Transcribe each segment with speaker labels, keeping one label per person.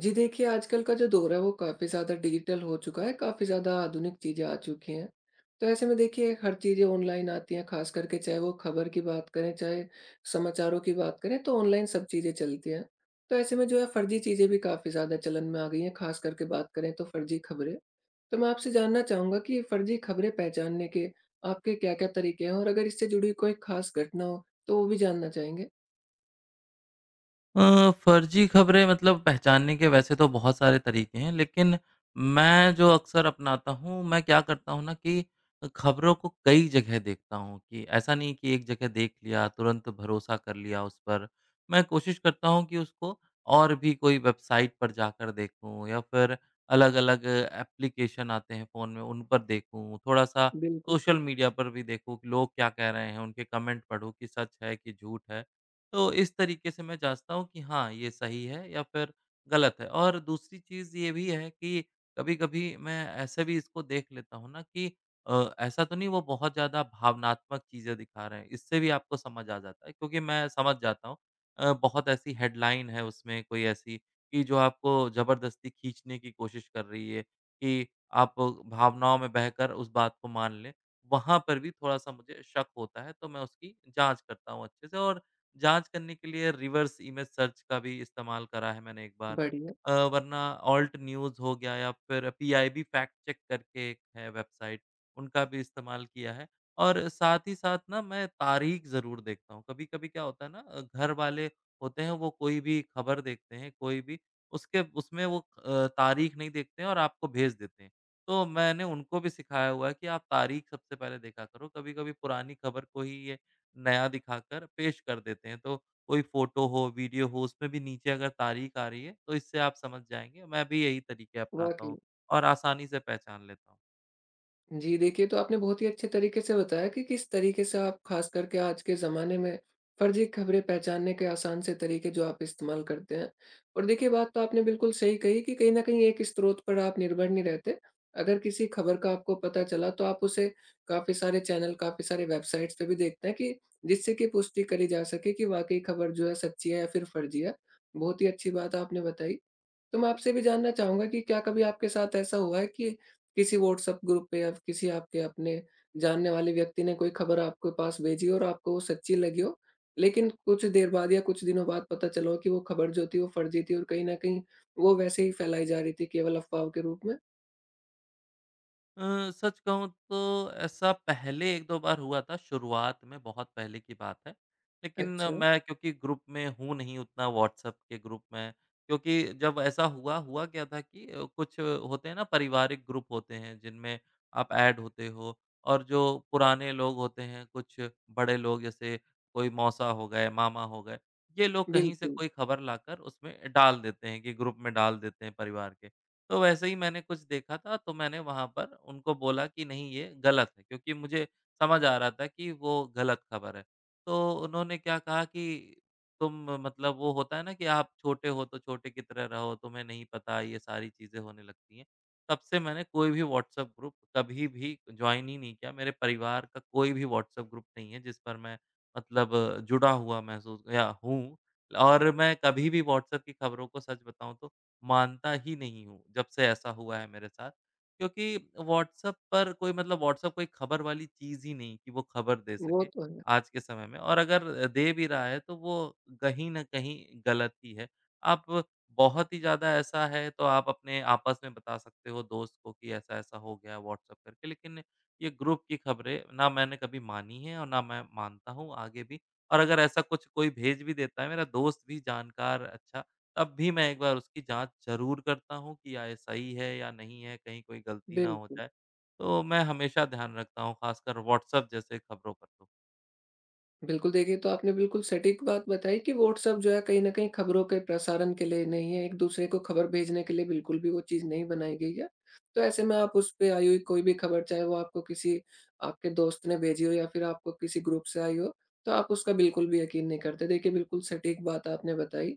Speaker 1: जी देखिए, आजकल का जो दौर है वो काफ़ी ज़्यादा डिजिटल हो चुका है, काफ़ी ज़्यादा आधुनिक चीज़ें आ चुकी हैं। तो ऐसे में देखिए हर चीज़ें ऑनलाइन आती हैं, ख़ास करके चाहे वो खबर की बात करें, चाहे समाचारों की बात करें तो ऑनलाइन सब चीज़ें चलती हैं। तो ऐसे में जो है फर्ज़ी चीज़ें भी काफ़ी ज़्यादा चलन में आ गई हैं, ख़ास करके बात करें तो फर्ज़ी खबरें। तो मैं आपसे जानना चाहूँगा कि फर्ज़ी खबरें पहचानने के आपके क्या-क्या तरीके हैं? और अगर इससे जुड़ी कोई ख़ास घटना हो, तो वो भी जानना चाहेंगे?
Speaker 2: फर्जी खबरें मतलब पहचानने के वैसे तो बहुत सारे तरीके हैं, लेकिन मैं जो अक्सर अपनाता हूँ, मैं क्या करता हूँ ना कि खबरों को कई जगह देखता हूँ कि ऐसा नहीं कि एक जगह देख लिया, तुरंत भरोसा कर लिया उस पर। मैं कोशिश करता हूँ कि उसको और भी कोई वेबसाइट पर जाकर देखूँ या फिर अलग-अलग एप्लीकेशन आते हैं फ़ोन में, उन पर देखूँ, थोड़ा-सा
Speaker 1: बिल्कुल,
Speaker 2: सोशल मीडिया पर भी देखूँ कि लोग क्या कह रहे हैं, उनके कमेंट पढूँ कि सच है कि झूठ है। तो इस तरीके से मैं जाँचता हूँ कि हाँ, ये सही है या फिर गलत है। और दूसरी चीज़ ये भी है कि कभी-कभी मैं ऐसे भी इसको देख लेता हूँ ना कि ऐसा तो नहीं वो बहुत ज़्यादा भावनात्मक चीज़ें दिखा रहे हैं, इससे भी आपको समझ आ जाता है क्योंकि मैं समझ जाता हूँ। बहुत ऐसी हेडलाइन है उसमें कोई ऐसी कि जो आपको ज़बरदस्ती खींचने की कोशिश कर रही है कि आप भावनाओं में बहकर उस बात को मान लें। वहाँ पर भी थोड़ा-सा मुझे शक होता है, तो मैं उसकी जाँच करता हूँ अच्छे से और जाँच करने के लिए रिवर्स इमेज सर्च का भी इस्तेमाल करा है मैंने एक बार।
Speaker 1: बढ़िया,
Speaker 2: वरना ऑल्ट न्यूज़ हो गया या फिर पीआईबी फैक्ट चेक करके एक है वेबसाइट, उनका भी इस्तेमाल किया है। और साथ ही साथ ना मैं तारीख ज़रूर देखता हूँ। कभी-कभी क्या होता है ना घर वाले होते हैं वो कोई भी खबर देखते हैं, कोई भी उसके उसमें वो तारीख नहीं देखते हैं और आपको भेज देते हैं। तो मैंने उनको भी सिखाया हुआ है कि आप तारीख सबसे पहले देखा करो, कभी-कभी पुरानी खबर को ही ये नया दिखाकर पेश कर देते हैं। तो कोई फ़ोटो हो, वीडियो हो, उसमें भी नीचे अगर तारीख आ रही है, तो इससे आप समझ जाएँगे। मैं भी यही तरीके अपनाता
Speaker 1: वाक़ई।
Speaker 2: हूँ और आसानी से पहचान लेता हूँ।
Speaker 1: जी, देखिए तो आपने बहुत ही अच्छे तरीके से बताया कि किस तरीके से आप ख़ास करके आज के ज़माने में फर्ज़ी ख़बरें पहचानने के आसान से तरीके जो आप इस्तेमाल करते हैं। और देखिए बात तो आपने बिल्कुल सही कही कि कहीं न कहीं एक स्रोत पर आप निर्भर नहीं रहते। अगर किसी ख़बर का आपको पता चला तो आप उसे काफ़ी सारे चैनल, काफ़ी सारे वेबसाइट्स पे भी देखते हैं, कि जिससे कि पुष्टि करी जा सके कि वाक़ई ख़बर जो है सच्ची है या फिर फर्ज़ी है। बहुत ही अच्छी बात आपने बताई। तो मैं आपसे भी जानना चाहूँगा कि क्या कभी आपके साथ ऐसा हुआ है कि किसी व्हाट्सएप ग्रुप पे या किसी आपके अपने जानने वाले व्यक्ति ने कोई खबर आपके पास भेजी हो और आपको वो सच्ची लगी हो, लेकिन कुछ देर बाद या कुछ दिनों बाद पता चला हो कि वो खबर जो थी वो फर्जी थी और कहीं न कहीं वो वैसे ही फैलाई जा रही थी केवल अफ़वाह के रूप में?
Speaker 2: अ, सच कहूँ तो ऐसा पहले 1-2 बार हुआ था, शुरुआत में बहुत पहले की बात है। लेकिन
Speaker 1: अच्छा,
Speaker 2: मैं क्योंकि ग्रुप में हूँ नहीं उतना व्हाट्सएप के ग्रुप में, क्योंकि जब ऐसा हुआ, हुआ क्या था कि कुछ होते हैं ना पारिवारिक ग्रुप होते हैं जिनमें आप ऐड होते हो और जो पुराने लोग होते हैं, कुछ बड़े लोग जैसे कोई मौसा हो गए, मामा हो गए, ये लोग कहीं से
Speaker 1: बिल्कुल,
Speaker 2: कोई खबर लाकर उसमें डाल देते हैं कि ग्रुप में डाल देते हैं परिवार के। तो वैसे ही मैंने कुछ देखा था तो मैंने वहाँ पर उनको बोला कि नहीं ये गलत है क्योंकि मुझे समझ आ रहा था कि वो गलत खबर है। तो उन्होंने क्या कहा कि तुम मतलब वो होता है ना कि आप छोटे हो तो छोटे की तरह रहो, तुम्हें नहीं पता ये सारी चीज़ें होने लगती हैं। तब से मैंने कोई भी व्हाट्सएप ग्रुप कभी भी जॉइन ही नहीं किया। मेरे परिवार का कोई भी व्हाट्सएप ग्रुप नहीं है जिस पर मैं मतलब जुड़ा हुआ महसूस या हूँ, और मैं कभी भी व्हाट्सएप की खबरों को सच बताऊँ तो मानता ही नहीं हूँ, जब से ऐसा हुआ है मेरे साथ। क्योंकि व्हाट्सएप पर कोई मतलब व्हाट्सएप कोई खबर वाली चीज़ ही नहीं कि वो खबर दे
Speaker 1: वो
Speaker 2: सके,
Speaker 1: तो है।
Speaker 2: आज के समय में, और अगर दे भी रहा है तो वो कहीं न कहीं गलत ही है। आप बहुत ही ज़्यादा ऐसा है तो आप अपने आपस में बता सकते हो दोस्त को कि ऐसा-ऐसा हो गया व्हाट्सएप करके, लेकिन ये ग्रुप की खबरें ना मैंने कभी मानी है और ना मैं मानता हूँ आगे भी। और अगर ऐसा कुछ कोई भेज भी देता है, मेरा दोस्त भी जानकार अच्छा, तब भी मैं एक बार उसकी जाँच ज़रूर करता हूँ कि या ये सही है या नहीं है, कहीं कोई गलती ना हो
Speaker 1: बिल्कुल।
Speaker 2: जाए। तो मैं हमेशा ध्यान रखता हूँ, ख़ासकर व्हाट्सएप जैसे खबरों पर तो।
Speaker 1: बिल्कुल, देखिए तो आपने बिल्कुल सटीक बात बताई कि व्हाट्सएप जो है कहीं न कहीं खबरों के प्रसारण के लिए नहीं है, एक-दूसरे को खबर भेजने के लिए बिल्कुल भी वो चीज़ नहीं बनाई गई है। तो ऐसे में आप उस पे आई हुई कोई भी खबर, चाहे वो आपको किसी आपके दोस्त ने भेजी हो या फिर आपको किसी ग्रुप से आई हो, तो आप उसका बिल्कुल भी यकीन नहीं करते। देखिए बिल्कुल सटीक बात आपने बताई।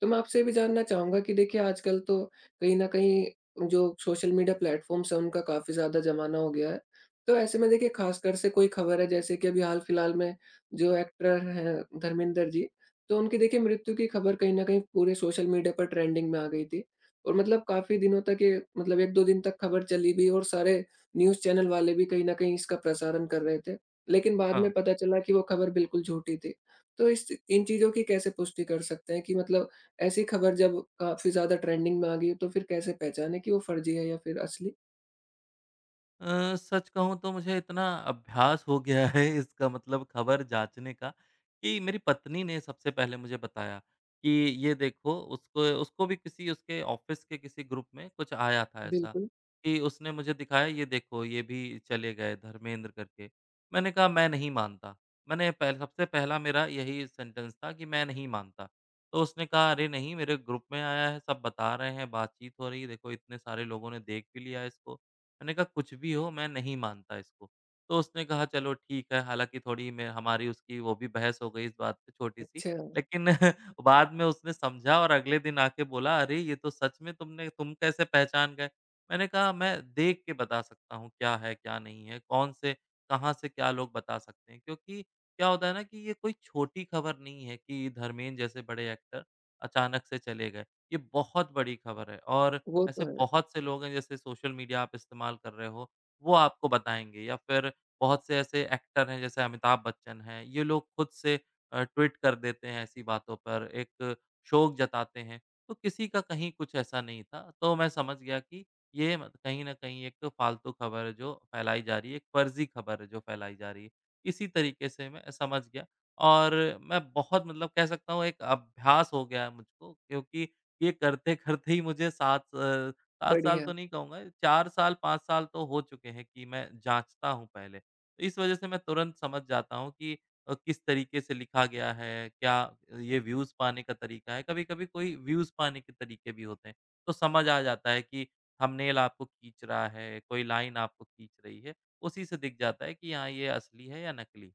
Speaker 1: तो मैं आपसे ये भी जानना चाहूँगा कि देखिए आजकल तो कहीं न कहीं जो सोशल मीडिया प्लेटफ़ॉर्म्स हैं उनका काफ़ी ज़्यादा ज़माना हो गया है। तो ऐसे में देखिए ख़ासकर से कोई ख़बर है, जैसे कि अभी हाल-फिलहाल में जो एक्टर हैं धर्मेंद्र जी, तो उनकी देखिए मृत्यु की ख़बर कहीं न कहीं पूरे सोशल मीडिया पर ट्रेंडिंग में आ गई थी। और मतलब काफ़ी दिनों तक ये, मतलब 1-2 दिन तक ख़बर चली भी और सारे न्यूज़ चैनल वाले भी कहीं न कहीं इसका प्रसारण कर रहे थे। लेकिन बाद में
Speaker 2: हाँ।
Speaker 1: पता चला कि वो ख़बर बिल्कुल झूठी थी। तो इस इन चीज़ों की कैसे पुष्टि कर सकते हैं कि, मतलब, ऐसी खबर जब काफ़ी ज़्यादा ट्रेंडिंग में आ गई, तो फिर कैसे पहचानें कि वो फर्जी है या फिर असली?
Speaker 2: सच कहूँ तो मुझे इतना अभ्यास हो गया है इसका, मतलब खबर जाँचने का, कि मेरी पत्नी ने सबसे पहले मुझे बताया कि ये देखो, उसको उसको भी किसी उसके ऑफ़िस के किसी ग्रुप में कुछ आया था ऐसा,
Speaker 1: बिल्कुल।
Speaker 2: कि उसने मुझे दिखाया ये देखो ये भी चले गए धर्मेंद्र करके। मैंने कहा मैं नहीं मानता। मैंने पह सबसे पहला मेरा यही सेंटेंस था कि मैं नहीं मानता। तो उसने कहा अरे नहीं, मेरे ग्रुप में आया है, सब बता रहे हैं, बातचीत हो रही है, देखो इतने सारे लोगों ने देख भी लिया इसको। मैंने कहा कुछ भी हो मैं नहीं मानता इसको। तो उसने कहा चलो ठीक है, हालाँकि थोड़ी मैं हमारी उसकी वो भी बहस हो गई इस बात पे छोटी-सी।
Speaker 1: अच्छा,
Speaker 2: लेकिन बाद में उसने समझा और अगले दिन आके बोला अरे ये तो सच में, तुम कैसे पहचान गए? मैंने कहा मैं देख के बता सकता हूँ क्या है, क्या नहीं है, कौन से कहाँ से क्या लोग बता सकते हैं। क्योंकि क्या होता है ना कि ये कोई छोटी खबर नहीं है कि धर्मेंद्र जैसे बड़े एक्टर अचानक से चले गए। ये बहुत बड़ी खबर है, और
Speaker 1: वो
Speaker 2: ऐसे
Speaker 1: तो है।
Speaker 2: बहुत से लोग हैं जैसे सोशल मीडिया आप इस्तेमाल कर रहे हो, वो आपको बताएँगे या फिर बहुत से ऐसे एक्टर हैं जैसे अमिताभ बच्चन हैं, ये लोग खुद से ट्वीट कर देते हैं ऐसी बातों पर, एक शोक जताते हैं। तो किसी का कहीं कुछ ऐसा नहीं था, तो मैं समझ गया कि ये मत कहीं न कहीं एक फालतू खबर है जो फैलाई जा रही है, एक फर्ज़ी खबर है जो फैलाई जा रही है। इसी तरीके से मैं समझ गया, और मैं बहुत मतलब कह सकता हूँ एक अभ्यास हो गया है मुझको क्योंकि ये करते-करते ही मुझे 7 साल
Speaker 1: बढ़िया।
Speaker 2: तो नहीं कहूँगा, 4 साल, 5 साल तो हो चुके हैं कि मैं जाँचता हूँ पहले। तो इस वजह से मैं तुरंत समझ जाता हूँ कि किस तरीके से लिखा गया है, क्या ये व्यूज़ पाने का तरीका है। कभी-कभी कोई व्यूज़ पाने के तरीके भी होते हैं, तो समझ आ जाता है कि थंबनेल आपको खींच रहा है, कोई लाइन आपको खींच रही है, उसी से दिख जाता है कि हाँ, ये असली है या नकली।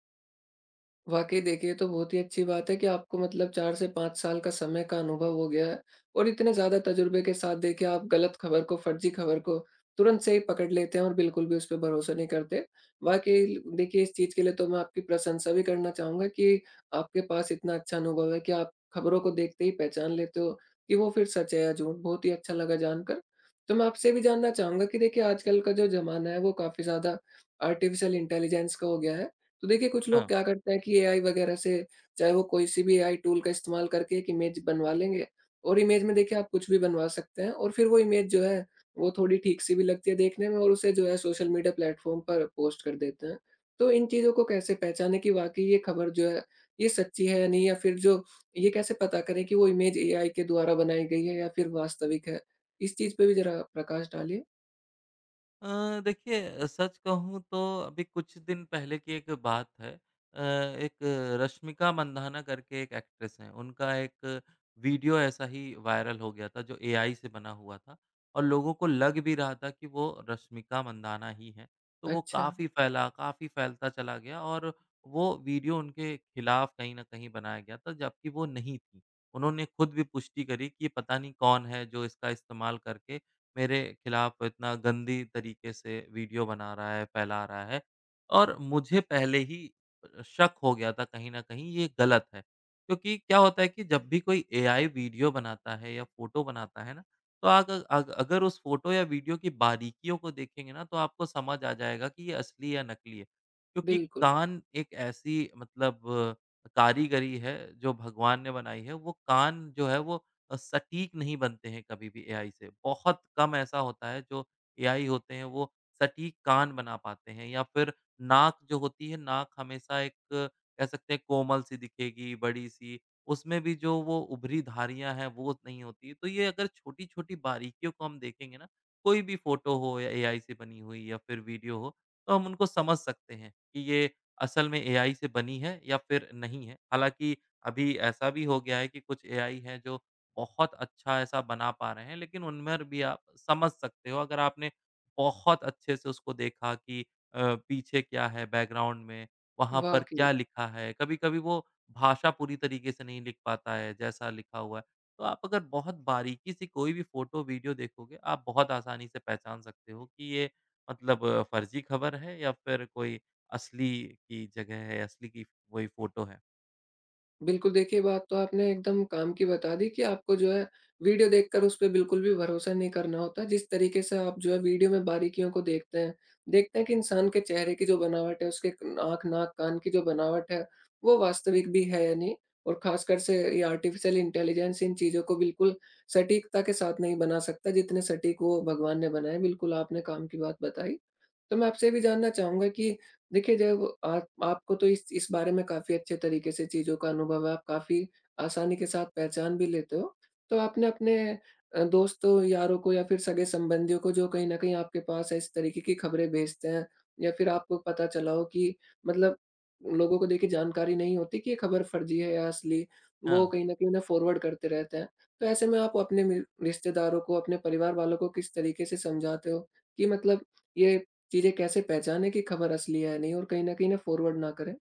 Speaker 1: वाक़ई देखिए, ये तो बहुत ही अच्छी बात है कि आपको, मतलब, 4 से 5 साल का समय का अनुभव हो गया है और इतने ज़्यादा तजुर्बे के साथ देखिए आप गलत खबर को, फर्ज़ी खबर को तुरंत से ही पकड़ लेते हैं और बिल्कुल भी उस पे भरोसा नहीं करते। वाक़ई देखिए, इस चीज़ के लिए तो मैं आपकी प्रशंसा भी करना चाहूँगा कि आपके पास इतना अच्छा अनुभव है कि आप खबरों को देखते ही पहचान लेते हो कि वो फिर सच है या झूठ। बहुत ही अच्छा लगा जानकर। तो मैं आपसे भी जानना चाहूँगा कि देखिए आजकल का जो ज़माना है वो काफ़ी ज़्यादा आर्टिफ़िशियल इंटेलिजेंस का हो गया है। तो देखिए कुछ लोग
Speaker 2: हाँ।
Speaker 1: क्या करते हैं कि एआई वगैरह से, चाहे वो कोई सी भी एआई टूल का इस्तेमाल करके एक इमेज बनवा लेंगे और इमेज में देखिए आप कुछ भी बनवा सकते हैं, और फिर वो इमेज जो है, वो थोड़ी ठीक सी भी लगती है देखने में, और उसे जो है सोशल मीडिया प्लेटफॉर्म पर पोस्ट कर देते हैं। तो इन चीज़ों को कैसे पहचाने कि वाक़ई ये खबर जो है ये सच्ची है या नहीं, या फिर जो, ये कैसे पता करें कि वो इमेज एआई के द्वारा बनाई गई है या फिर वास्तविक है? इस चीज़ पे भी ज़रा प्रकाश डालिए।
Speaker 2: देखिए सच कहूँ तो अभी कुछ दिन पहले की एक बात है। अ, एक रश्मिका मंदाना करके एक एक्ट्रेस हैं, उनका एक वीडियो ऐसा ही वायरल हो गया था जो एआई से बना हुआ था, और लोगों को लग भी रहा था कि वो रश्मिका मंदाना ही हैं। तो वो
Speaker 1: अच्छा,
Speaker 2: काफ़ी फैला, काफ़ी फैलता चला गया, और वो वीडियो उनके खिलाफ कहीं न कहीं बनाया गया था जबकि वो नहीं थी। उन्होंने खुद भी पुष्टि करी कि ये पता नहीं कौन है जो इसका इस्तेमाल करके मेरे खिलाफ इतना गंदी तरीके से वीडियो बना रहा है, फैला रहा है, और मुझे पहले ही शक हो गया था कहीं न कहीं ये गलत है। क्योंकि क्या होता है कि जब भी कोई एआई वीडियो बनाता है या फ़ोटो बनाता है ना, तो आग अग अगर उस फ़ोटो या वीडियो की बारीकियों को देखेंगे ना, तो आपको समझ आ जाएगा कि ये असली या नकली है। क्योंकि
Speaker 1: बिल्कुल,
Speaker 2: कान एक ऐसी मतलब कारीगरी है, जो भगवान ने बनाई है, वो कान जो है वो सटीक नहीं बनते हैं कभी भी एआई से। बहुत कम ऐसा होता है जो एआई होते हैं वो सटीक कान बना पाते हैं, या फिर नाक जो होती है, नाक हमेशा एक कह सकते हैं कोमल-सी दिखेगी, बड़ी-सी। उसमें भी जो वो उभरी धारियाँ हैं वो नहीं होती। तो ये अगर छोटी-छोटी बारीकियों को हम देखेंगे ना, कोई भी फ़ोटो हो या एआई से बनी हुई या फिर वीडियो हो, तो हम उनको समझ सकते हैं कि ये असल में एआई से बनी है या फिर नहीं है। हालाँकि अभी ऐसा भी हो गया है कि कुछ एआई हैं जो बहुत अच्छा ऐसा बना पा रहे हैं, लेकिन उनमें भी आप समझ सकते हो अगर आपने बहुत अच्छे से उसको देखा कि पीछे क्या है बैकग्राउंड में, वहाँ पर
Speaker 1: वाक़ई।
Speaker 2: क्या लिखा है। कभी-कभी वो भाषा पूरी तरीके से नहीं लिख पाता है, जैसा लिखा हुआ है। तो आप अगर बहुत बारीकी से कोई भी फ़ोटो, वीडियो देखोगे, आप बहुत आसानी से पहचान सकते हो कि ये मतलब फ़र्ज़ी ख़बर है या फिर कोई असली की जगह है, असली की वही फ़ोटो है।
Speaker 1: बिल्कुल, देखिए बात तो आपने एकदम काम की बता दी कि आपको जो है वीडियो देखकर उस पे बिल्कुल भी भरोसा नहीं करना होता। जिस तरीके से आप जो है वीडियो में बारीकियों को देखते हैं कि इंसान के चेहरे की जो बनावट है, उसके आँख, नाक, कान की जो बनावट है, वो वास्तविक भी है या नहीं। और ख़ासकर से ये आर्टिफ़िशियल इंटेलिजेंस इन चीज़ों को बिल्कुल सटीकता के साथ नहीं बना सकता, जितने सटीक वो भगवान ने बनाए। बिल्कुल, आपने काम की बात बताई। तो मैं आपसे ये भी जानना चाहूँगा कि देखिए, जब आप आपको तो इस बारे में काफ़ी अच्छे तरीके से चीज़ों का अनुभव है, आप काफ़ी आसानी के साथ पहचान भी लेते हो। तो आपने अपने दोस्तों, यारों को या फिर सगे-संबंधियों को, जो कहीं न कहीं आपके पास इस तरीके की खबरें भेजते हैं या फिर आपको पता चला हो कि, मतलब, लोगों को देखिए जानकारी नहीं होती कि ये खबर फ़र्ज़ी है या असली, वो
Speaker 2: हाँ।
Speaker 1: कहीं न कहीं उन्हें फ़ॉरवर्ड करते रहते हैं। तो ऐसे में आप अपने मि रिश्तेदारों को, अपने परिवार वालों को किस तरीके से समझाते हो कि, मतलब, ये चीज़ें कैसे पहचानें कि खबर असली है या नहीं, और कहीं न कहीं ना फ़ॉरवर्ड ना करें।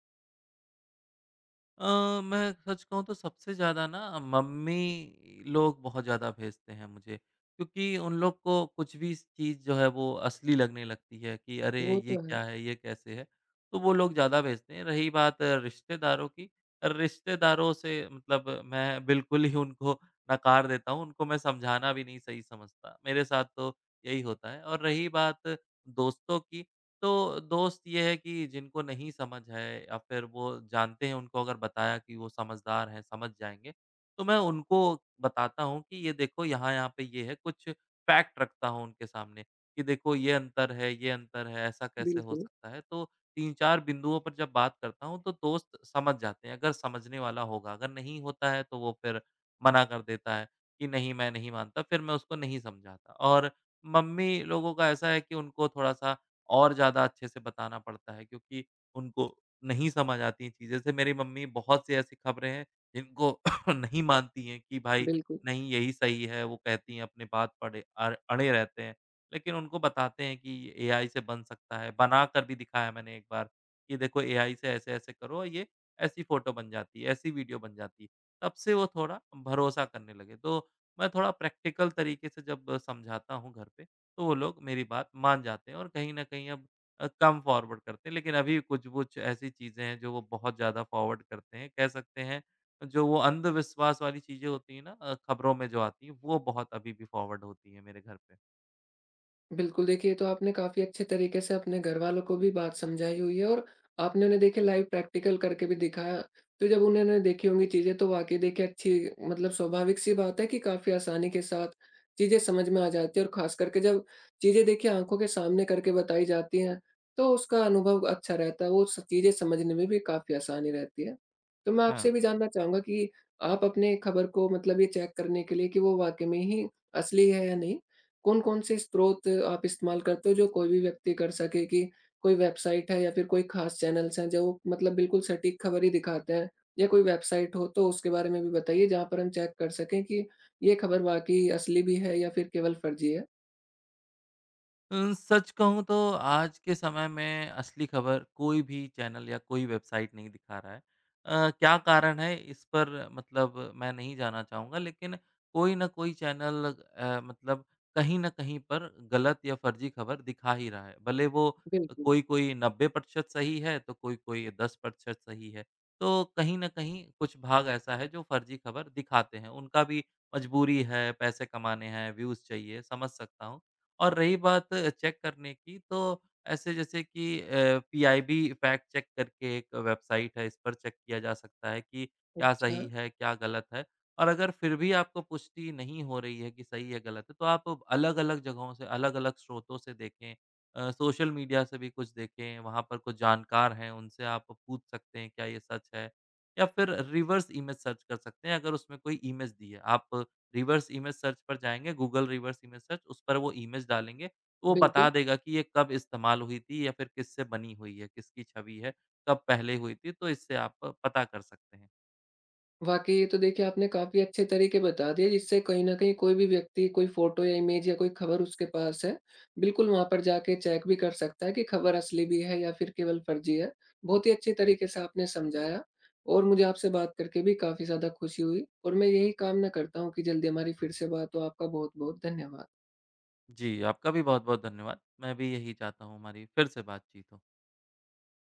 Speaker 2: अ, मैं सच कहूँ तो सबसे ज़्यादा ना मम्मी लोग बहुत ज़्यादा भेजते हैं मुझे, क्योंकि उन लोग को कुछ भी स चीज़ जो है वो असली लगने लगती है कि अरे!
Speaker 1: वो
Speaker 2: ये
Speaker 1: तो है।
Speaker 2: क्या है, ये कैसे है? तो वो लोग ज़्यादा भेजते हैं। रही बात रिश्तेदारों की, रिश्तेदारों से मतलब मैं बिल्कुल ही उनको नकार देता हूँ, उनको मैं समझाना भी नहीं सही समझता। मेरे साथ तो यही होता है, और रही बात दोस्तों की, तो दोस्त ये है कि जिनको नहीं समझ है या फिर वो जानते हैं उनको अगर बताया कि वो समझदार हैं, समझ जाएँगे, तो मैं उनको बताता हूँ कि ये देखो यहाँ-यहाँ पे ये है, कुछ फैक्ट रखता हूँ उनके सामने कि देखो ये अंतर है, ऐसा कैसे हो
Speaker 1: बिल्कुल,
Speaker 2: सकता है। तो 3-4 बिंदुओं पर जब बात करता हूँ तो दोस्त समझ जाते हैं, अगर समझने वाला होगा, अगर नहीं होता है तो वो फिर मना कर देता है कि नहीं मैं नहीं मानता, फिर मैं उसको नहीं समझाता। और मम्मी लोगों का ऐसा है कि उनको थोड़ा-सा और ज़्यादा अच्छे से बताना पड़ता है क्योंकि उनको नहीं समझ आती चीज़ें। जैसे मेरी मम्मी बहुत सी ऐसी खबरें हैं जिनको नहीं मानती हैं कि भाई
Speaker 1: बिल्कुल।
Speaker 2: नहीं यही सही है, वो कहती हैं अपने बात पड़े अर अड़े रहते हैं। लेकिन उनको बताते हैं कि ये एआई से बन सकता है, बनाकर भी दिखाया मैंने एक बार कि देखो एआई से ऐसे-ऐसे करो और ये ऐसी फ़ोटो बन जाती है, ऐसी वीडियो बन जाती है। तब से वो थोड़ा भरोसा करने लगे। तो मैं थोड़ा प्रैक्टिकल तरीके से जब समझाता हूँ घर पे तो वो लोग मेरी बात मान जाते हैं, और कहीं न कहीं अब कम फॉरवर्ड करते हैं। लेकिन अभी कुछ-कुछ ऐसी चीज़ें हैं जो वो बहुत ज़्यादा फॉरवर्ड करते हैं। कह सकते हैं जो वो अंधविश्वास वाली चीज़ें होती हैं ना खबरों में जो आती हैं, वो बहुत अभी भी फॉरवर्ड होती हैं मेरे घर पे।
Speaker 1: बिल्कुल, देखिए ये तो आपने काफ़ी अच्छे तरीके से अपने घर वालों को भी बात समझाई हुई है, और आपने उन्हें देखिए लाइव प्रैक्टिकल करके भी दिखाया। तो जब उन्होंने देखी होंगी चीज़ें तो वाक़ई देखिए अच्छी, मतलब स्वाभाविक-सी बात है कि काफ़ी आसानी के साथ चीज़ें समझ में आ जाती हैं, और ख़ास करके जब चीज़ें देखिए आँखों के सामने करके बताई जाती हैं, तो उसका अनुभव अच्छा रहता है, वो स चीज़ें समझने में भी काफ़ी आसानी रहती है। तो मैं आपसे
Speaker 2: हाँ।
Speaker 1: भी जानना चाहूँगा कि आप अपने खबर को, मतलब ये चेक करने के लिए कि वो वाक़ई में ही असली है या नहीं, कौन-कौन से स्रोत आप इस्तेमाल करते हो जो कोई भी व्यक्ति कर सके, कि कोई वेबसाइट है या फिर कोई खास चैनल्स हैं जो, मतलब, बिल्कुल सटीक खबर ही दिखाते हैं? या कोई वेबसाइट हो तो उसके बारे में भी बताइए जहाँ पर हम चेक कर सकें कि ये खबर वाक़ई असली भी है या फिर केवल फर्ज़ी है?
Speaker 2: सच कहूँ तो आज के समय में असली खबर कोई भी चैनल या कोई वेबसाइट नहीं दिखा रहा है। क्या कारण है इस पर मतलब मैं नहीं जाना चाहूँगा, लेकिन कोई न कोई चैनल मतलब कहीं न कहीं पर गलत या फर्जी खबर दिखा ही रहा है। भले वो
Speaker 1: बिल्कुल।
Speaker 2: कोई-कोई 90% सही है तो कोई-कोई 10% सही है। तो कहीं न कहीं कुछ भाग ऐसा है जो फर्जी खबर दिखाते हैं। उनका भी मजबूरी है, पैसे कमाने हैं, व्यूज़ चाहिए, समझ सकता हूँ। और रही बात चेक करने की, तो ऐसे जैसे कि पीआईबी फैक्ट चेक करके एक वेबसाइट है, इस पर चेक किया जा सकता है कि क्या
Speaker 1: अच्छा,
Speaker 2: सही है, क्या गलत है? और अगर फिर भी आपको पुष्टि नहीं हो रही है कि सही है, गलत है, तो आप अलग-अलग जगहों से, अलग-अलग स्रोतों से देखें। सोशल मीडिया से भी कुछ देखें, वहाँ पर कुछ जानकार हैं उनसे आप पूछ सकते हैं क्या ये सच है? या फिर रिवर्स इमेज सर्च कर सकते हैं अगर उसमें कोई इमेज दी है। आप रिवर्स इमेज सर्च पर जाएँगे, गूगल रिवर्स इमेज सर्च, उस पर वो इमेज डालेंगे, तो वो बता
Speaker 1: बिल्कुल।
Speaker 2: देगा कि ये कब इस्तेमाल हुई थी या फिर किससे बनी हुई है, किसकी छवि है, कब पहले हुई थी, तो इससे आप पता कर सकते हैं।
Speaker 1: वाक़ई ये तो देखिए आपने काफ़ी अच्छे तरीके बता दिए, जिससे कहीं न कहीं कोई भी व्यक्ति, कोई फ़ोटो या इमेज या कोई ख़बर उसके पास है, बिल्कुल वहाँ पर जाके चेक भी कर सकता है कि ख़बर असली भी है या फिर केवल फ़र्ज़ी है। बहुत ही अच्छे तरीके से आपने समझाया, और मुझे आपसे बात करके भी काफ़ी ज़्यादा खुशी हुई, और मैं यही कामना करता हूँ कि जल्दी हमारी फिर से बात हो। आपका बहुत-बहुत धन्यवाद।
Speaker 2: जी, आपका भी बहुत-बहुत धन्यवाद। मैं भी यही चाहता हूँ हमारी फिर से बातचीत हो।